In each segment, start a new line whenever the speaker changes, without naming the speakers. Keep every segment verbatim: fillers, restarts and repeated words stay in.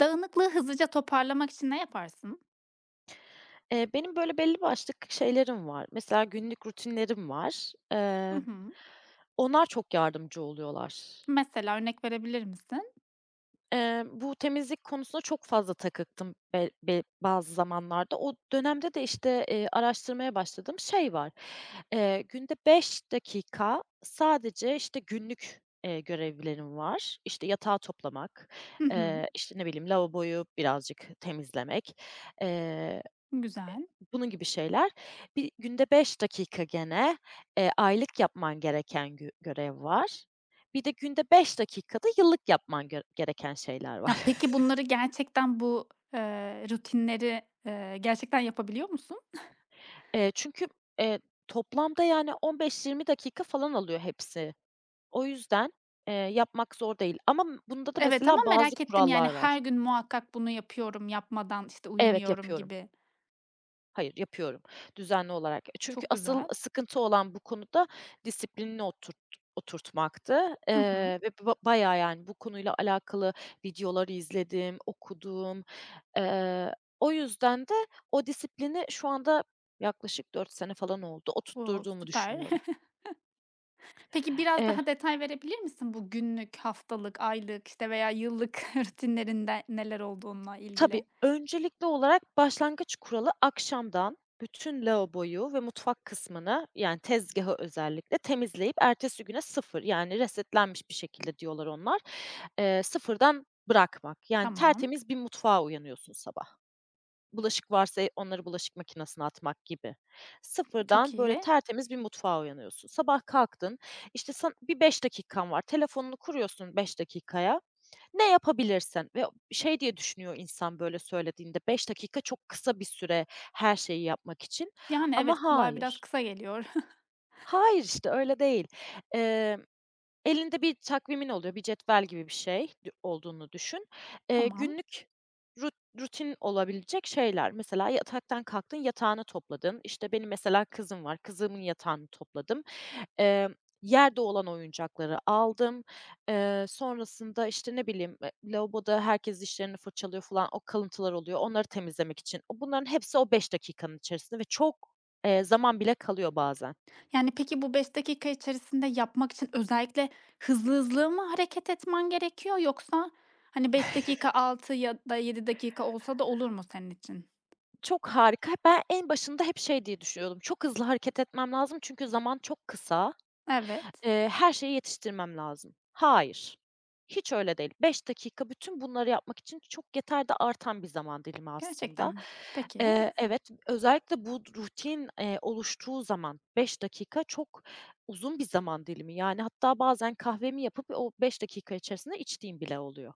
Dağınıklığı hızlıca toparlamak için ne yaparsın?
Eee, benim böyle belli başlı k şeylerim var. Mesela günlük rutinlerim var.
Hı
Eee,
hı.
onlar çok yardımcı oluyorlar.
Mesela örnek verebilir misin?
Eee, bu temizlik konusuna çok fazla takıktım be be bazı zamanlarda. O dönemde de, işte, eee, araştırmaya başladığım şey var. Eee, günde beş dakika sadece, işte, günlük, eee, görevlerim var. İşte, yatağı toplamak,
Hı hı.
eee, işte, ne bileyim, lavaboyu birazcık temizlemek. Eee
Güzel.
Bunun gibi şeyler. Bir günde beş dakika gene, eee, aylık yapman gereken gö görev var. Bir de günde beş dakika da yıllık yapman gö gereken şeyler
Ya,
var.
peki bunları gerçekten bu, eee, rutinleri, eee, gerçekten yapabiliyor musun?
Eee, çünkü, eee, toplamda yani on beş yirmi dakika falan alıyor hepsi. O yüzden, eee, yapmak zor değil ama bunda da
Evet ama
mesela bazı
merak ettim, yani,
kurallar var.
her gün muhakkak bunu yapıyorum, yapmadan, işte,
Evet,
uyumuyorum
yapıyorum.
gibi.
Hayır, yapıyorum düzenli olarak. Çünkü
Çok
asıl
güzel.
sıkıntı olan bu konuda disiplinini oturt oturtmaktı,
Hı hı.
eee, ve ba bayağı, yani, bu konuyla alakalı videoları izledim, okudum. Eee, O yüzden de o disiplini şu anda yaklaşık dört sene falan oldu,
O,
oturtturduğumu
süper.
düşünüyorum.
Peki biraz
Eee
daha detay verebilir misin bu günlük, haftalık, aylık, işte, veya yıllık rutinlerinde neler olduğunla
Tabii,
ilgili?
öncelikli olarak başlangıç kuralı akşamdan bütün lavaboyu ve mutfak kısmını, yani tezgâhı özellikle temizleyip ertesi güne sıfır yani resetlenmiş bir şekilde diyorlar onlar, eee, sıfırdan bırakmak. Yani
Tamam,
tertemiz bir mutfağa uyanıyorsun sabah. Bulaşık varsa e onları bulaşık makinesine atmak gibi.
çok
Sıfırdan böyle
iyi.
tertemiz bir mutfağa uyanıyorsun. Sabah kalktın, işte, san bir beş dakikan var. Telefonunu kuruyorsun beş dakikaya. Ne yapabilirsin? Ve şey diye düşünüyor insan böyle söylediğinde, beş dakika çok kısa bir süre her şeyi yapmak için
Yani, evet,
ama
kulağa biraz
hayır.
kısa geliyor.
Hayır, işte, öyle değil. Emm, Elinde bir takvimin oluyor, bir cetvel gibi bir şey dü olduğunu düşün. Eee,
Tamam.
günlük rut rutin olabilecek şeyler. Mesela yataktan kalktın, yatağını topladın. İşte, benim mesela kızım var, kızımın yatağını topladım. Emm, Yerde olan oyuncakları aldım. Eee, sonrasında, işte, ne bileyim, eee, lavaboda herkes dişlerini fırçalıyor falan, o kalıntılar oluyor, onları temizlemek için. O bunların hepsi o beş dakikanın içerisinde ve çok, eee, zaman bile kalıyor bazen.
Yani, peki, bu beş dakika içerisinde yapmak için özellikle hızlı hızlı mı hareket etmen gerekiyor yoksa, hani, beş dakika, altı ya da yedi dakika olsa da olur mu senin için?
Çok harika. Ben en başında hep şey diye düşünüyordum, çok hızlı hareket etmem lazım çünkü zaman çok kısa.
Evet.
Eee, her şeyi yetiştirmem lazım. Hayır, hiç öyle değil. Beş dakika bütün bunları yapmak için çok yeter de artan bir zaman dilimi
Gerçekten
aslında.
mi? Peki.
Eee, evet, özellikle bu rutin, eee, oluştuğu zaman beş dakika çok uzun bir zaman dilimi. Yani, hatta bazen kahvemi yapıp o beş dakika içerisinde içtiğim bile oluyor.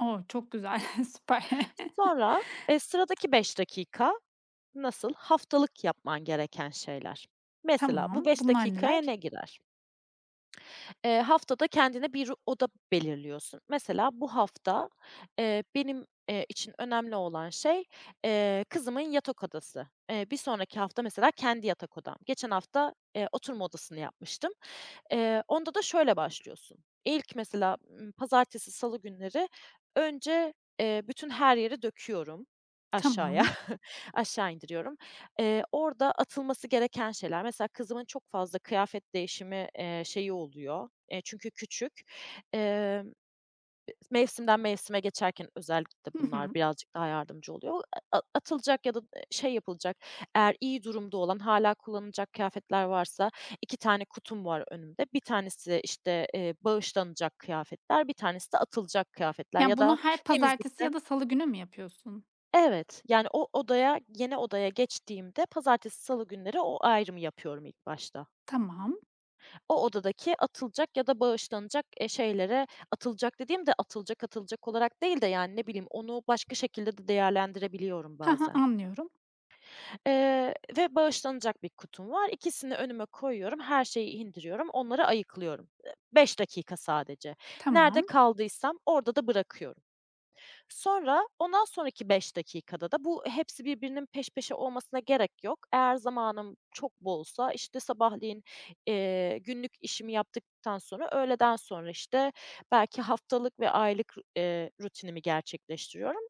O, çok güzel, süper.
Sonra, eee, sıradaki beş dakika nasıl? Haftalık yapman gereken şeyler. Mesela bu
Tamam.
beş
Bunlar
dakikaya
neler?
ne girer? Eee, haftada kendine bir oda belirliyorsun. Mesela bu hafta, eee, benim, eee, için önemli olan şey, eee, kızımın yatak odası. Eee, bir sonraki hafta mesela kendi yatak odam. Geçen hafta, eee, oturma odasını yapmıştım. Eee, onda da şöyle başlıyorsun. İlk mesela, ımm, pazartesi, salı günleri önce, eee, bütün her yeri döküyorum aşağıya,
Tamam.
aşağı indiriyorum. Eee, orada atılması gereken şeyler mesela kızımın çok fazla kıyafet değişimi, eee, şeyi oluyor, eee, çünkü küçük. Mevsimden mevsime geçerken özellikle
Hı hı.
bunlar birazcık daha yardımcı oluyor. A atılacak ya da, e, şey yapılacak, eğer iyi durumda olan, hala kullanılacak kıyafetler varsa iki tane kutum var önümde. Bir tanesi, işte, eee, bağışlanacak kıyafetler, bir tanesi de atılacak kıyafetler
Ya,
ya
bunu
da
her pazartesi ya
temizlikte.
da salı günü mü yapıyorsun?
Evet, yani o odaya, yeni odaya geçtiğimde pazartesi, salı günleri o ayrımı yapıyorum ilk başta.
Tamam.
O odadaki atılacak ya da bağışlanacak, eee, şeylere atılacak dediğim de atılacak, atılacak olarak değil de, yani, ne bileyim, onu başka şekilde de değerlendirebiliyorum
Hı,
bazen.
anlıyorum.
Eee, ve bağışlanacak bir kutum var. İkisini önüme koyuyorum, her şeyi indiriyorum, onları ayıklıyorum. Beş dakika sadece. Nerede
Tamam.
kaldıysam orada da bırakıyorum. Sonra ondan sonraki beş dakikada da bu hepsi birbirinin peş peşe olmasına gerek yok. Eğer zamanım çok bolsa, işte, sabahleyin, eee, günlük işimi yaptıktan sonra öğleden sonra, işte, belki haftalık ve aylık, eee, rutinimi gerçekleştiriyorum.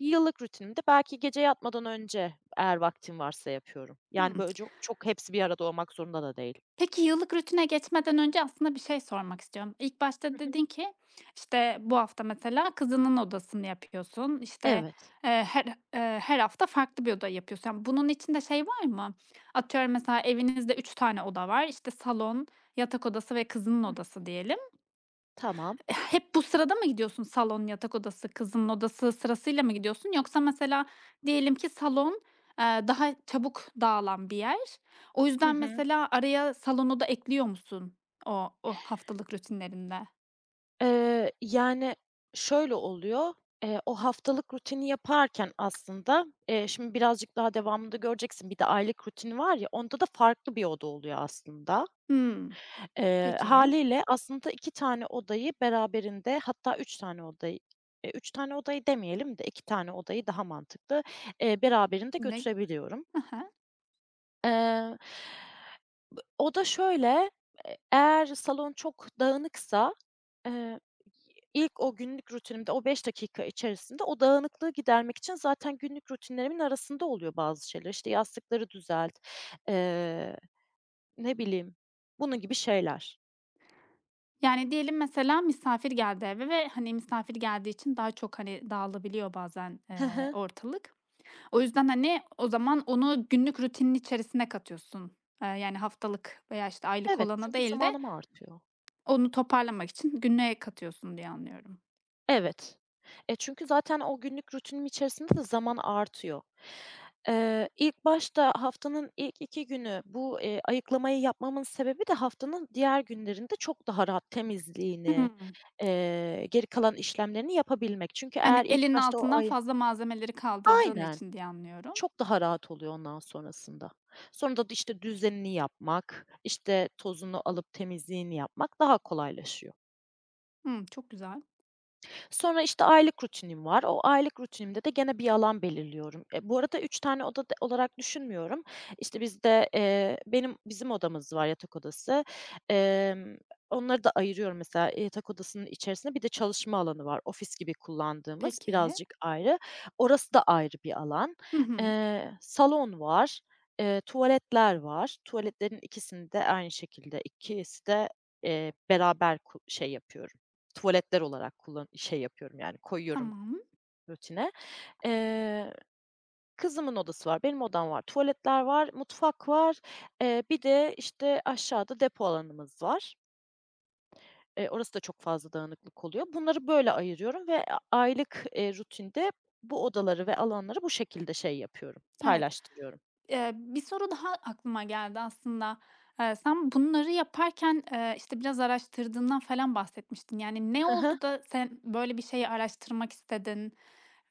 Yıllık rutinimi de belki gece yatmadan önce eğer vaktim varsa yapıyorum. Yani, böyle, çok çok hepsi bir arada olmak zorunda da değil.
Peki, yıllık rutine geçmeden önce aslında bir şey sormak istiyorum. İlk
Hı
başta
hı.
dedin ki, işte, bu hafta mesela kızının odasını yapıyorsun, işte,
Evet.
eee, her, eee, her hafta farklı bir oda yapıyorsun. Yani, bunun içinde şey var mı? Atıyorum, mesela evinizde üç tane oda var, işte, salon, yatak odası ve kızının odası diyelim.
Tamam.
E, hep bu sırada mı gidiyorsun? Salon, yatak odası, kızının odası sırasıyla mı gidiyorsun? Yoksa mesela diyelim ki salon, eee, daha çabuk dağılan bir yer. O
Hı
yüzden
hı.
mesela araya salonu da ekliyor musun o o haftalık rutinlerinde?
Eee, yani, şöyle oluyor, eee, o haftalık rutini yaparken aslında, eee, şimdi birazcık daha devamında göreceksin, bir de aylık rutini var ya, onda da farklı bir oda oluyor aslında.
Hımm.
Eee,
Peki.
hâliyle aslında iki tane odayı beraberinde hatta üç tane odayı, eee, üç tane odayı demeyelim de iki tane odayı daha mantıklı, eee, beraberinde
Ne
götürebiliyorum.
Hı
Eee, b O da şöyle, e eğer salon çok dağınıksa, eee, ilk o günlük rutinimde o beş dakika içerisinde o dağınıklığı gidermek için zaten günlük rutinlerimin arasında oluyor bazı şeyler. İşte, yastıkları düzelt, eee, ne bileyim, bunun gibi şeyler.
Yani diyelim mesela misafir geldi eve ve, hani, misafir geldiği için daha çok, hani, dağılabiliyor bazen,
Hı
eee,
hı.
ortalık. O yüzden, hani, o zaman onu günlük rutinin içerisine katıyorsun. Eee, yani haftalık veya, işte, aylık
Evet,
olana
çünkü
değil de
zamanım artıyor.
onu toparlamak için günlüğe katıyorsun diye anlıyorum.
Evet. E, çünkü zaten o günlük rutinim içerisinde de zaman artıyor. Eee, ilk başta haftanın ilk iki günü bu, eee, ayıklamayı yapmamın sebebi de haftanın diğer günlerinde çok daha rahat temizliğini,
Hımm.
eee, geri kalan işlemlerini yapabilmek. Çünkü
Hani,
eğer ilk
elinin
başta o
altından
ay.
fazla malzemeleri kaldırdığın
Aynen.
için diye anlıyorum.
Çok daha rahat oluyor ondan sonrasında. Sonra da işte düzenini yapmak, işte tozunu alıp temizliğini yapmak daha kolaylaşıyor.
Hımm, çok güzel.
Sonra, işte, aylık rutinim var. O aylık rutinimde de gene bir alan belirliyorum. E, bu arada üç tane oda d olarak düşünmüyorum. İşte, bizde, eee, benim bizim odamız var, yatak odası. Emm, Onları da ayırıyorum mesela. E, yatak odasının içerisinde bir de çalışma alanı var. Ofis gibi kullandığımız
Peki.
birazcık ayrı. Orası da ayrı bir alan.
Hı hı.
Eee, salon var, eee, tuvaletler var. Tuvaletlerin ikisini de aynı şekilde, ikisi de, eee, beraber ku şey yapıyorum. Tuvaletler olarak kullan şey yapıyorum, yani, koyuyorum
Tamam.
rutine. Eee, Kızımın odası var, benim odam var, tuvaletler var, mutfak var. Eee, bir de, işte, aşağıda depo alanımız var. Eee, orası da çok fazla dağınıklık oluyor. Bunları böyle ayırıyorum ve a aylık, eee, rutinde bu odaları ve alanları bu şekilde şey yapıyorum,
Evet.
paylaştırıyorum.
Eee, bir soru daha aklıma geldi aslında. Eee, sen bunları yaparken, eee, işte, biraz araştırdığından falan bahsetmiştin. Yani, ne
Hı hı.
oldu da sen böyle bir şeyi araştırmak istedin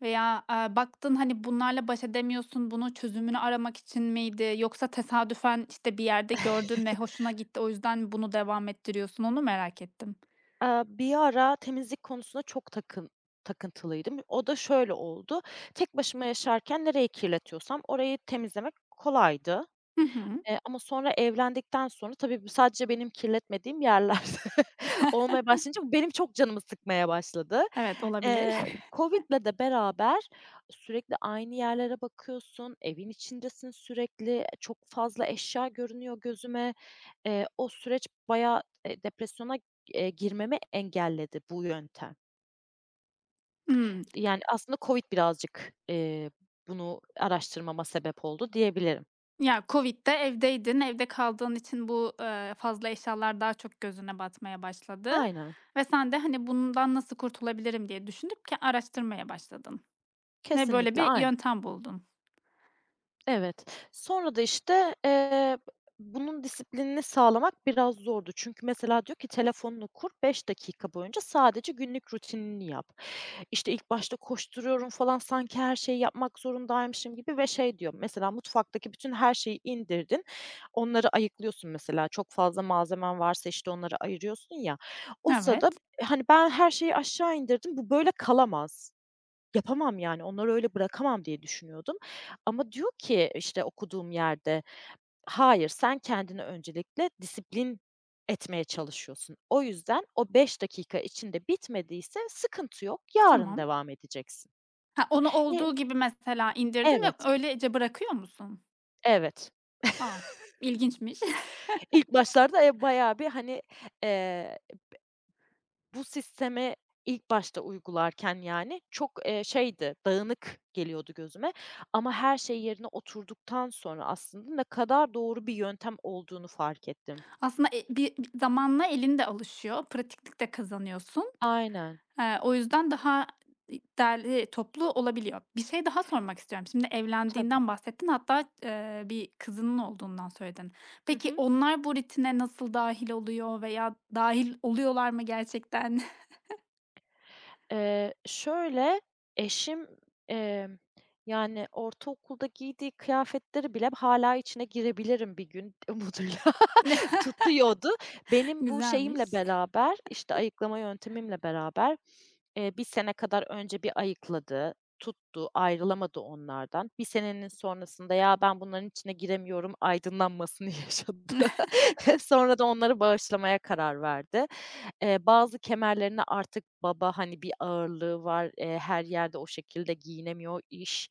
veya, aaa, baktın, hani, bunlarla baş edemiyorsun, bunun çözümünü aramak için miydi yoksa tesadüfen, işte, bir yerde gördün ve hoşuna gitti, o yüzden bunu devam ettiriyorsun? Onu merak ettim.
Aaa, bir ara temizlik konusunda çok takın takıntılıydım. O da şöyle oldu: Tek başıma yaşarken nereyi kirletiyorsam orayı temizlemek kolaydı.
Hı hı.
Eee, ama sonra evlendikten sonra tabii bu sadece benim kirletmediğim yerler olmaya başlayınca bu benim çok canımı sıkmaya başladı.
Evet, olabilir.
Eee, COVID'le de beraber sürekli aynı yerlere bakıyorsun, evin içindesin sürekli, çok fazla eşya görünüyor gözüme. Eee, o süreç bayağı, eee, depresyona, eee, girmemi engelledi bu yöntem.
Hımm.
Yani, aslında COVID birazcık, eee, bunu araştırmama sebep oldu diyebilirim.
Ya, kovid'de evdeydin, evde kaldığın için bu, eee, fazla eşyalar daha çok gözüne batmaya başladı
Aynen,
ve sen de, hani, bundan nasıl kurtulabilirim diye düşünüp ke araştırmaya başladın ve böyle
kesinlikle,
bir
aynen.
yöntem buldun.
Evet. Sonra da, işte, eee, bunun disiplinini sağlamak biraz zordu. Çünkü mesela diyor ki telefonunu kur, beş dakika boyunca sadece günlük rutinini yap. İşte, ilk başta koşturuyorum falan, sanki her şeyi yapmak zorundaymışım gibi ve şey diyor, mesela mutfaktaki bütün her şeyi indirdin, onları ayıklıyorsun mesela. Çok fazla malzemen varsa, işte, onları ayırıyorsun ya. O
Evet,
sırada, hani, ben her şeyi aşağı indirdim, bu böyle kalamaz. Yapamam yani, onları öyle bırakamam diye düşünüyordum ama diyor ki, işte, okuduğum yerde, "Hayır, sen kendini öncelikle disiplin etmeye çalışıyorsun. O yüzden o beş dakika içinde bitmediyse sıkıntı yok, yarın
tamam.
devam edeceksin."
Ha, onu
Eee
olduğu gibi mesela indirdin ve
Evet,
öylece bırakıyor musun?
evet.
Aa, ilginçmiş.
İlk başlarda, eee, bayağı bir, hani, eee bu sistemi ilk başta uygularken, yani, çok, eee, şeydi, dağınık geliyordu gözüme ama her şey yerine oturduktan sonra aslında ne kadar doğru bir yöntem olduğunu fark ettim.
Aslında, eee, bir bir zamanla elin de alışıyor, pratiklik de kazanıyorsun.
Aynen,
Eee, o yüzden daha derli toplu olabiliyor. Bir şey daha sormak istiyorum. Şimdi
tabii.
evlendiğinden bahsettin, hatta, eee, bir kızının olduğundan söyledin.
Hı
Peki
hı.
onlar bu rutine nasıl dâhil oluyor veya dâhil oluyorlar mı gerçekten?
Eee, şöyle, eşim, emm, yani, ortaokulda giydiği kıyafetleri bile hâlâ içine girebilirim bir gün umuduyla tutuyordu. Benim bu şeyimle
Güzelmiş.
beraber, işte, ayıklama yöntemimle beraber, eee, bir sene kadar önce bir ayıkladı, tuttu, ayrılamadı onlardan. Bir senenin sonrasında, "Ya, ben bunların içine giremiyorum." aydınlanmasını yaşadı. Sonra da onları bağışlamaya karar verdi. Eee, bazı kemerlerine artık baba, hani, bir ağırlığı var, eee, her yerde o şekilde giyinemiyor, iş,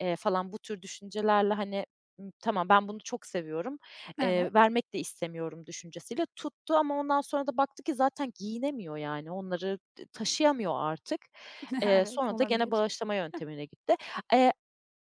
eee, falan bu tür düşüncelerle, hani, ımm, "Tamam, ben bunu çok seviyorum. Eee,
Evet,
vermek de istemiyorum" düşüncesiyle tuttu ama ondan sonra da baktı ki zaten giyinemiyor yani onları t taşıyamıyor artık. Eee,
evet,
sonra da gene
olabilir.
bağışlama yöntemine gitti. Eee,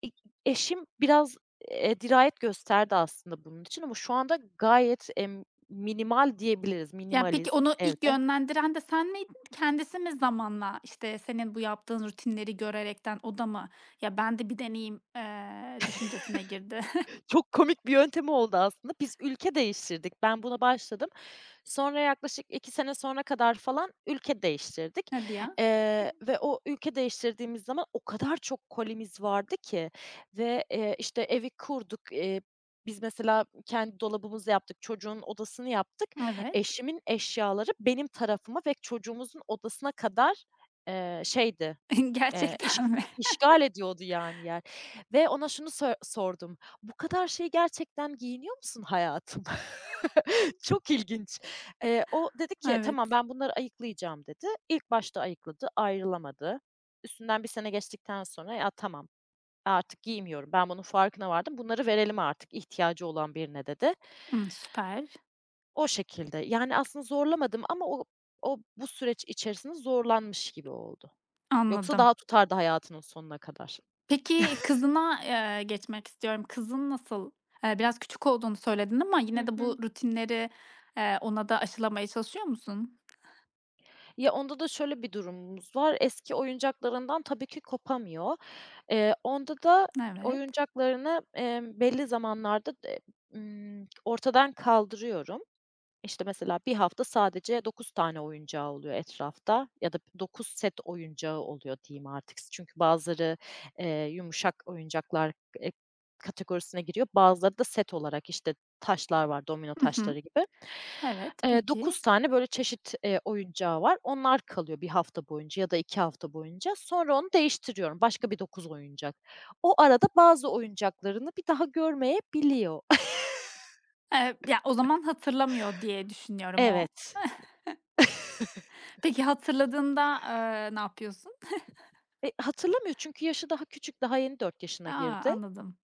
i Eşim biraz, eee, dirayet gösterdi aslında bunun için ama şu anda gayet, emm, minimal diyebiliriz,
Ya, peki
minimaliz
onu ilk
evde.
yönlendiren de sen miydin? Kendisi mi zamanla, işte, senin bu yaptığın rutinleri görerekten o da mı, "Ya, ben de bir deneyeyim." eee, düşüncesine girdi?
Çok komik bir yöntemi oldu aslında. Biz ülke değiştirdik. Ben buna başladım. Sonra yaklaşık iki sene sonra kadar falan ülke değiştirdik,
Hadi ya.
eee, ve o ülke değiştirdiğimiz zaman o kadar çok kolimiz vardı ki ve, eee, işte, evi kurduk. Eee, biz mesela kendi dolabımızı yaptık, çocuğun odasını yaptık.
Evet.
Eşimin eşyaları benim tarafıma ve çocuğumuzun odasına kadar, eee, şeydi, Eee, iş
Gerçekten mi?
işgal ediyordu yani yer ve ona şunu so sordum: "Bu kadar şey gerçekten giyiniyor musun hayatım?" Çok ilginç. Eee, o dedi ki, "Tamam,
Evet.
ben bunları ayıklayacağım." dedi. İlk başta ayıkladı, ayrılamadı. Üstünden bir sene geçtikten sonra, "Ya, tamam, artık giymiyorum. Ben bunun farkına vardım. Bunları verelim artık ihtiyacı olan birine." dedi.
Hımm, süper.
O şekilde. Yani aslında zorlamadım ama o o bu süreç içerisinde zorlanmış gibi oldu. Yoksa
Anladım.
daha tutardı hayatının sonuna kadar.
Peki, kızına, eee, geçmek istiyorum. Kızın nasıl? Eee, biraz küçük olduğunu söyledin ama yine
Hı
de bu
hı.
rutinleri, eee, ona da aşılamaya çalışıyor musun?
Ya, onda da şöyle bir durumumuz var. Eski oyuncaklarından tabii ki kopamıyor. Eee, onda da
Evet.
oyuncaklarını, emm, belli zamanlarda d eee, ortadan kaldırıyorum. İşte, mesela bir hafta sadece dokuz tane oyuncağı oluyor etrafta ya da dokuz set oyuncağı oluyor diyeyim artık. Çünkü bazıları, eee, yumuşak oyuncaklar, eee, kategorisine giriyor. Bazıları da set olarak, işte, taşlar var, domino
Hı hı.
taşları gibi.
Evet,
Eee,
peki.
dokuz tane böyle çeşit, eee, oyuncağı var. Onlar kalıyor bir hafta boyunca ya da iki hafta boyunca. Sonra onu değiştiriyorum. Başka bir dokuz oyuncak. O arada bazı oyuncaklarını bir daha görmeyebiliyor.
Eee, ya, o zaman hatırlamıyor diye düşünüyorum o.
Evet.
Peki, hatırladığında, eee, ne yapıyorsun?
E, hatırlamıyor çünkü yaşı daha küçük, daha yeni dört yaşına
A,
girdi.
anladım.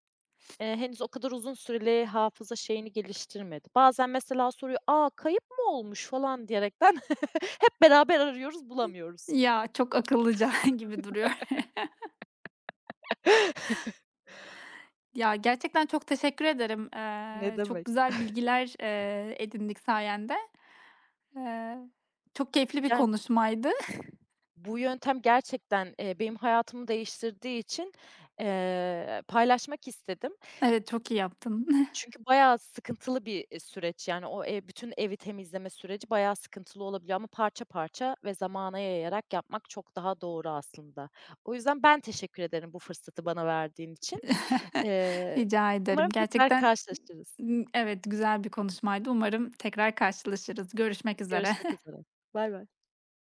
Eee, henüz o kadar uzun süreli hafıza şeyini geliştirmedi. Bazen mesela soruyor, "A, kayıp mı olmuş?" falan diyerekten hep beraber arıyoruz, bulamıyoruz.
Ya, çok akıllıca gibi duruyor. Ya, gerçekten çok teşekkür ederim.
Ne
Eee, çok
demek.
güzel bilgiler, eee, edindik sayende. Eee, Çok keyifli bir
Yani,
konuşmaydı.
bu yöntem gerçekten, eee, benim hayatımı değiştirdiği için, eee, paylaşmak istedim.
Evet, çok iyi yaptın.
Çünkü bayağı sıkıntılı bir, eee, süreç, yani, o ev bütün evi temizleme süreci bayağı sıkıntılı olabiliyor ama parça parça ve zamana yayarak yapmak çok daha doğru aslında. O yüzden ben teşekkür ederim bu fırsatı bana verdiğin için. Eee,
Rica ederim.
Umarım tekrar
Gerçekten,
karşılaşırız.
ımm, evet, güzel bir konuşmaydı. Umarım tekrar karşılaşırız. Görüşmek
Görüşmek
üzere.
üzere. Bay bay.